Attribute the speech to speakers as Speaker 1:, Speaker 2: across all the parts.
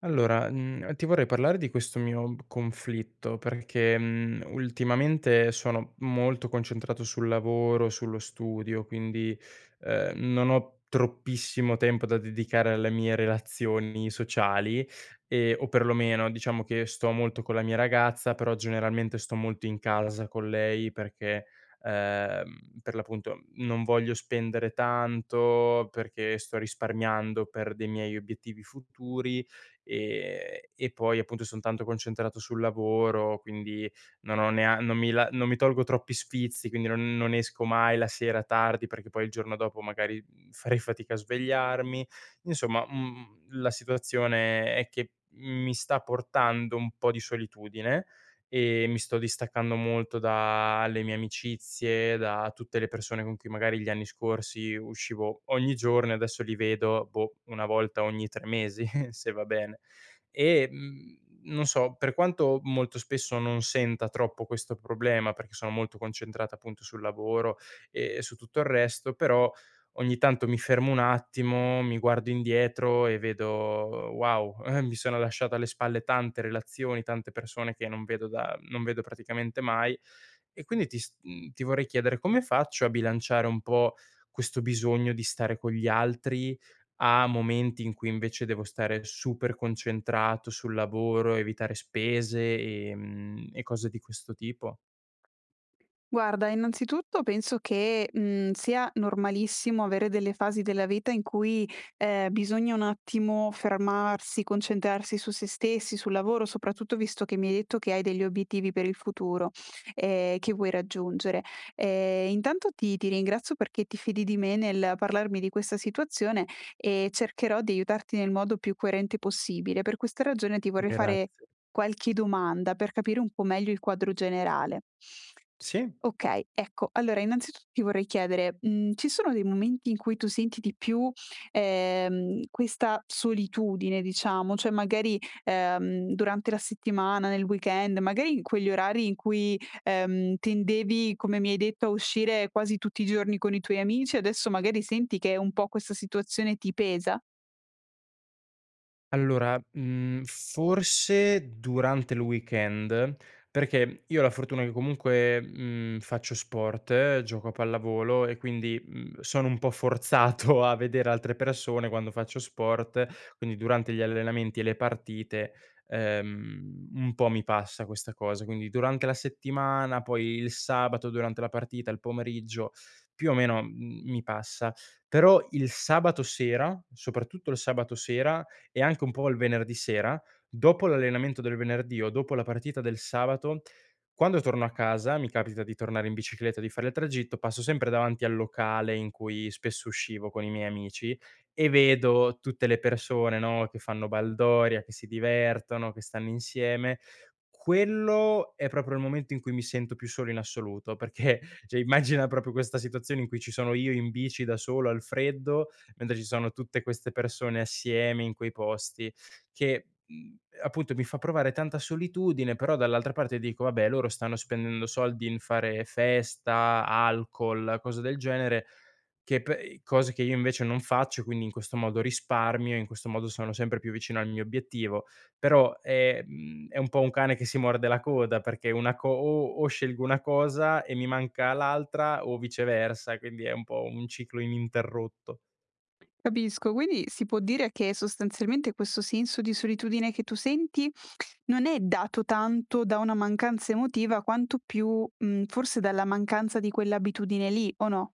Speaker 1: Ti vorrei parlare di questo mio conflitto perché, ultimamente sono molto concentrato sul lavoro, sullo studio, quindi, non ho troppissimo tempo da dedicare alle mie relazioni sociali, o perlomeno diciamo che sto molto con la mia ragazza, però generalmente sto molto in casa con lei perché, ehm, per l'appunto non voglio spendere tanto, perché sto risparmiando per dei miei obiettivi futuri. Ehm, e poi appunto son tanto concentrato sul lavoro, quindi non ho nea non mi la non mi tolgo troppi sfizi, quindi non esco mai la sera tardi, perché poi il giorno dopo magari, farei fatica a svegliarmi. Insomma, la situazione è che mi sta portando un po' di solitudine e mi sto distaccando molto dalle mie amicizie, da tutte le persone con cui magari gli anni scorsi uscivo ogni giorno e adesso li vedo, boh, una volta ogni 3 mesi, se va bene. Non so, per quanto molto spesso non senta troppo questo problema, perché sono molto concentrato appunto sul lavoro e su tutto il resto, però ogni tanto mi fermo un attimo, mi guardo indietro e vedo: "Wow, mi sono lasciato alle spalle tante relazioni, tante persone che non vedo praticamente mai". E quindi ti vorrei chiedere come faccio a bilanciare un po' questo bisogno di stare con gli altri a momenti in cui invece devo stare super concentrato sul lavoro, evitare spese, e cose di questo tipo?
Speaker 2: Guarda, innanzitutto penso che, sia normalissimo avere delle fasi della vita in cui, bisogna un attimo fermarsi, concentrarsi su se stessi, sul lavoro, soprattutto visto che mi hai detto che hai degli obiettivi per il futuro, che vuoi raggiungere. Intanto ti ringrazio perché ti fidi di me nel parlarmi di questa situazione e cercherò di aiutarti nel modo più coerente possibile. Per questa ragione ti vorrei fare
Speaker 1: Grazie.
Speaker 2: qualche domanda per capire un po' meglio il quadro generale.
Speaker 1: Sì.
Speaker 2: Okay, ecco, allora innanzitutto ti vorrei chiedere, ci sono dei momenti in cui tu senti di più, questa solitudine diciamo, cioè magari, durante la settimana, nel weekend, magari in quegli orari in cui, tendevi, come mi hai detto, a uscire quasi tutti i giorni con i tuoi amici, adesso magari senti che un po' questa situazione ti pesa?
Speaker 1: Allora, forse durante il weekend, perché io ho la fortuna che comunque, faccio sport, gioco a pallavolo e quindi, sono un po' forzato a vedere altre persone quando faccio sport, quindi durante gli allenamenti e le partite, un po' mi passa questa cosa. Quindi durante la settimana, poi il sabato durante la partita, il pomeriggio, più o meno, mi passa. Però il sabato sera, soprattutto il sabato sera e anche un po' il venerdì sera, dopo l'allenamento del venerdì o dopo la partita del sabato, quando torno a casa, mi capita di tornare in bicicletta, di fare il tragitto, passo sempre davanti al locale in cui spesso uscivo con i miei amici e vedo tutte le persone, no, che fanno baldoria, che si divertono, che stanno insieme. Quello è proprio il momento in cui mi sento più solo in assoluto, perché cioè, immagina proprio questa situazione in cui ci sono io in bici da solo al freddo mentre ci sono tutte queste persone assieme in quei posti che, appunto mi fa provare tanta solitudine, però dall'altra parte dico: "Vabbè, loro stanno spendendo soldi in fare festa, alcol, cose del genere, che pe cose che io invece non faccio, quindi in questo modo risparmio, in questo modo sono sempre più vicino al mio obiettivo". Però, è un po' un cane che si morde la coda, perché una co o scelgo una cosa e mi manca l'altra o viceversa, quindi è un po' un ciclo ininterrotto.
Speaker 2: Capisco, quindi si può dire che sostanzialmente questo senso di solitudine che tu senti non è dato tanto da una mancanza emotiva quanto più, forse dalla mancanza di quell'abitudine lì, o no?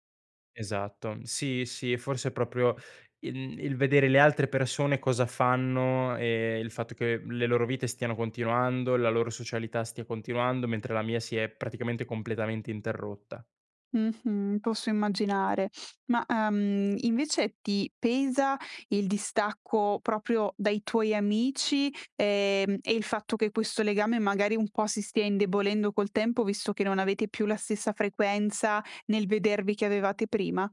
Speaker 1: Esatto. Sì, sì, e forse proprio il vedere le altre persone cosa fanno e il fatto che le loro vite stiano continuando, la loro socialità stia continuando, mentre la mia si è praticamente completamente interrotta.
Speaker 2: Mh-mh, posso immaginare. Ma, invece ti pesa il distacco proprio dai tuoi amici, e il fatto che questo legame magari un po' si stia indebolendo col tempo, visto che non avete più la stessa frequenza nel vedervi che avevate prima?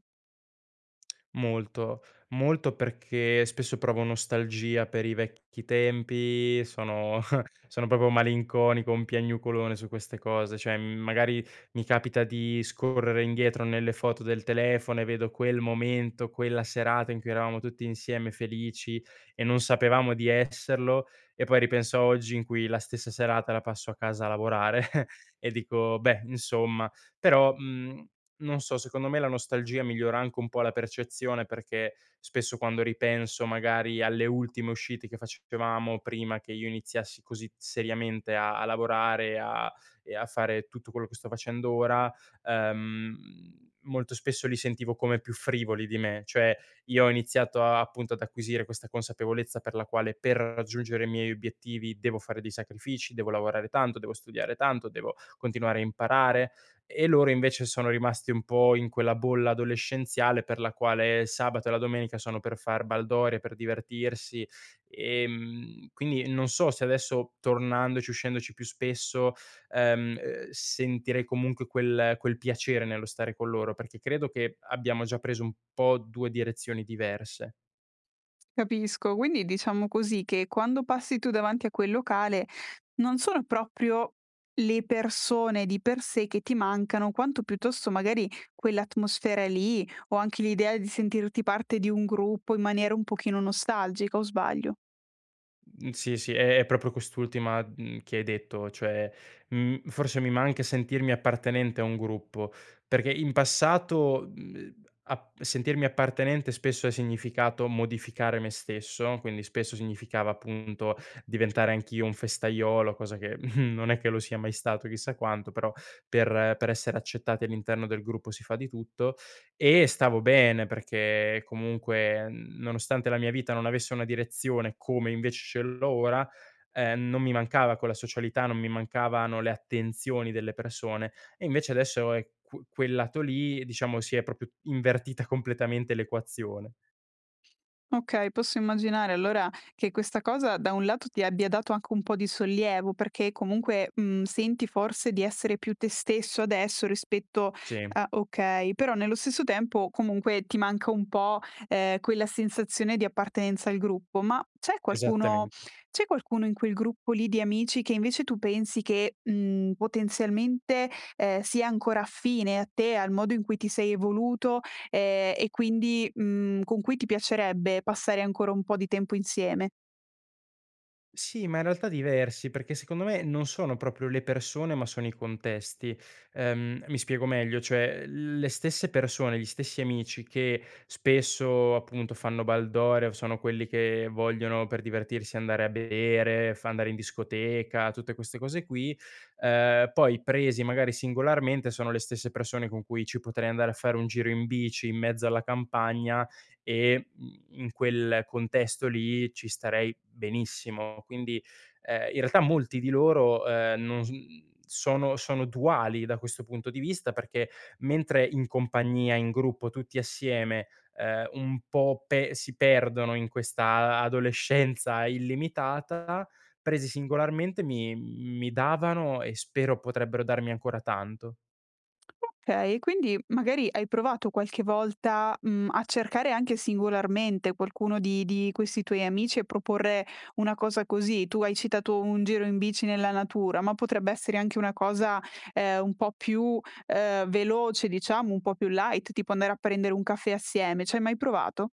Speaker 1: Molto, molto perché spesso provo nostalgia per i vecchi tempi, sono sono proprio malinconico, un piagnucolone su queste cose, cioè, magari mi capita di scorrere indietro nelle foto del telefono e vedo quel momento, quella serata in cui eravamo tutti insieme felici e non sapevamo di esserlo e poi ripenso a oggi in cui la stessa serata la passo a casa a lavorare e dico: "Beh, insomma". Però, mhmm non so, secondo me la nostalgia migliora anche un po' la percezione, perché spesso quando ripenso magari alle ultime uscite che facevamo prima che io iniziassi così seriamente a a lavorare a e a fare tutto quello che sto facendo ora, ehm, molto spesso li sentivo come più frivoli di me. Cioè io ho iniziato a appunto ad acquisire questa consapevolezza per la quale per raggiungere i miei obiettivi devo fare dei sacrifici, devo lavorare tanto, devo studiare tanto, devo continuare a imparare. E loro invece sono rimasti un po' in quella bolla adolescenziale per la quale il sabato e la domenica sono per far baldoria, per divertirsi. Quindi non so se adesso tornandoci, uscendoci più spesso, sentirei comunque quel piacere nello stare con loro, perché credo che abbiamo già preso un po' 2 direzioni diverse.
Speaker 2: Capisco, quindi diciamo così che quando passi tu davanti a quel locale non sono proprio le persone di per sé che ti mancano, quanto piuttosto magari quell'atmosfera lì o anche l'idea di sentirti parte di un gruppo in maniera un pochino nostalgica, o sbaglio?
Speaker 1: Mhmm, sì, sì, è proprio quest'ultima, che hai detto, cioè, forse mi manca sentirmi appartenente a un gruppo, perché in passato, mhmm, ap sentirmi appartenente spesso ha significato modificare me stesso, quindi spesso significava appunto diventare anch'io un festaiolo, cosa che non è che lo sia mai stato chissà quanto, però per essere accettati all'interno del gruppo si fa di tutto. E stavo bene perché comunque, nonostante la mia vita non avesse una direzione come invece ce l'ho ora, non mi mancava quella socialità, non mi mancavano le attenzioni delle persone. E invece adesso è qu quel lato lì, diciamo, si è proprio invertita completamente l'equazione.
Speaker 2: Okay, posso immaginare allora che questa cosa da un lato ti abbia dato anche un po' di sollievo, perché comunque, senti forse di essere più te stesso adesso rispetto
Speaker 1: Sì,
Speaker 2: a okay, però nello stesso tempo comunque ti manca un po', quella sensazione di appartenenza al gruppo. Ma c'è qualcuno
Speaker 1: esattamente.
Speaker 2: c'è qualcuno in quel gruppo lì di amici che invece tu pensi che, potenzialmente, sia ancora affine a te, al modo in cui ti sei evoluto e quindi, con cui ti piacerebbe passare ancora un po' di tempo insieme.
Speaker 1: Sì, ma in realtà diversi, perché secondo me non sono proprio le persone, ma sono i contesti. Mi spiego meglio, cioè le stesse persone, gli stessi amici che spesso appunto fanno baldoria, sono quelli che vogliono per divertirsi andare a bere, andare in discoteca, tutte queste cose qui, poi presi magari singolarmente sono le stesse persone con cui ci potrei andare a fare un giro in bici in mezzo alla campagna e in quel contesto lì ci starei benissimo. Quindi, in realtà molti di loro, non s mhmm, sono duali da questo punto di vista, perché mentre in compagnia, in gruppo, tutti assieme, un po' pe si perdono in questa adolescenza illimitata, presi singolarmente mi davano e spero potrebbero darmi ancora tanto.
Speaker 2: Okay, quindi magari hai provato qualche volta, a cercare anche singolarmente qualcuno di questi tuoi amici e proporre una cosa così. Tu hai citato un giro in bici nella natura, ma potrebbe essere anche una cosa, un po' più, veloce diciamo, un po' più light, tipo andare a prendere un caffè assieme. Ci hai mai provato?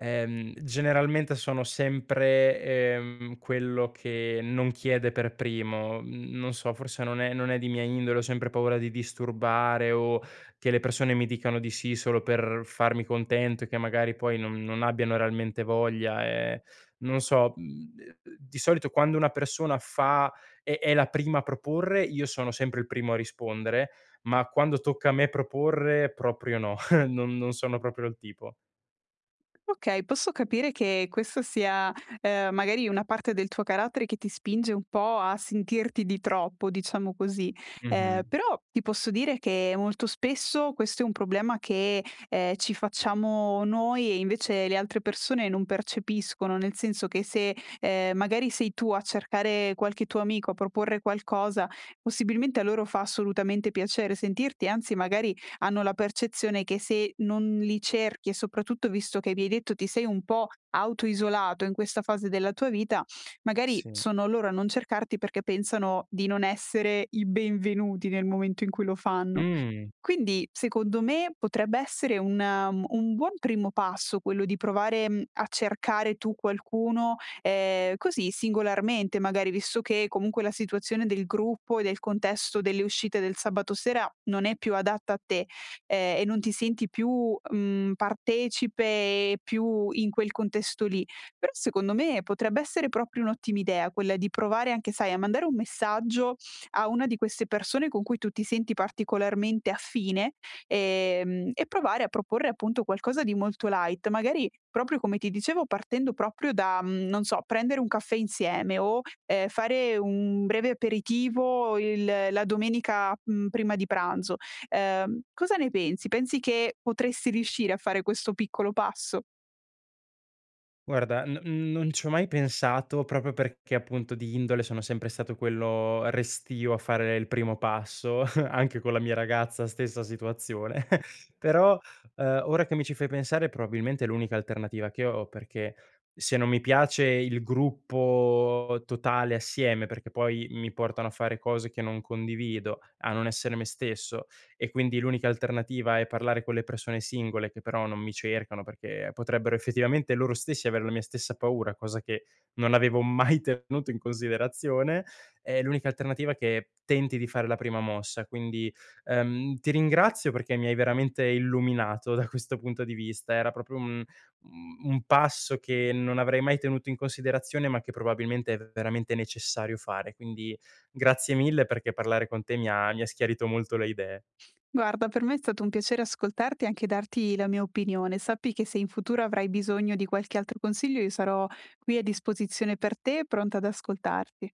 Speaker 1: Generalmente sono sempre, quello che non chiede per primo. Mhmm, Non so, forse non è di mia indole, ho sempre paura di disturbare o che le persone mi dicano di sì solo per farmi contento e che magari poi non abbiano realmente voglia, non so, di solito quando una persona fa è la prima a proporre, io sono sempre il primo a rispondere, ma quando tocca a me proporre proprio no, non sono proprio il tipo.
Speaker 2: Okay, posso capire che questo sia, magari una parte del tuo carattere che ti spinge un po' a sentirti di troppo, diciamo così.
Speaker 1: Mh-mh.
Speaker 2: Però ti posso dire che molto spesso questo è un problema che, ci facciamo noi e invece le altre persone non percepiscono, nel senso che se, magari sei tu a cercare qualche tuo amico, a proporre qualcosa, possibilmente a loro fa assolutamente piacere sentirti, anzi magari hanno la percezione che se non li cerchi e soprattutto visto che mi hai detto ti sei un po' autoisolato in questa fase della tua vita, magari
Speaker 1: Sì.
Speaker 2: sono loro a non cercarti perché pensano di non essere i benvenuti nel momento in cui lo fanno.
Speaker 1: Mh.
Speaker 2: Quindi, secondo me, potrebbe essere un buon primo passo quello di provare, a cercare tu qualcuno, così singolarmente, magari visto che comunque la situazione del gruppo e del contesto delle uscite del sabato sera non è più adatta a te, e non ti senti più, partecipe e più in quel contesto lì. Però secondo me potrebbe essere proprio un'ottima idea quella di provare anche, sai, a mandare un messaggio a una di queste persone con cui tu ti senti particolarmente affine, e provare a proporre appunto qualcosa di molto light, magari proprio come ti dicevo partendo proprio da, non so, prendere un caffè insieme o, fare un breve aperitivo il la domenica, prima di pranzo. Cosa ne pensi? Pensi che potresti riuscire a fare questo piccolo passo?
Speaker 1: Guarda, n non ci ho mai pensato proprio perché appunto di indole sono sempre stato quello restio a fare il primo passo, anche con la mia ragazza stessa situazione. Però, ora che mi ci fai pensare probabilmente è l'unica alternativa che ho, perché se non mi piace il gruppo totale assieme, perché poi mi portano a fare cose che non condivido, a non essere me stesso e quindi l'unica alternativa è parlare con le persone singole che però non mi cercano, perché potrebbero effettivamente loro stessi avere la mia stessa paura, cosa che non avevo mai tenuto in considerazione, è l'unica alternativa che tenti di fare la prima mossa. Quindi, ti ringrazio perché mi hai veramente illuminato da questo punto di vista. Era proprio un passo che non avrei mai tenuto in considerazione, ma che probabilmente è veramente necessario fare. Quindi grazie mille perché parlare con te mi ha schiarito molto le idee.
Speaker 2: Guarda, per me è stato un piacere ascoltarti e anche darti la mia opinione. Sappi che se in futuro avrai bisogno di qualche altro consiglio, io sarò qui a disposizione per te, pronta ad ascoltarti.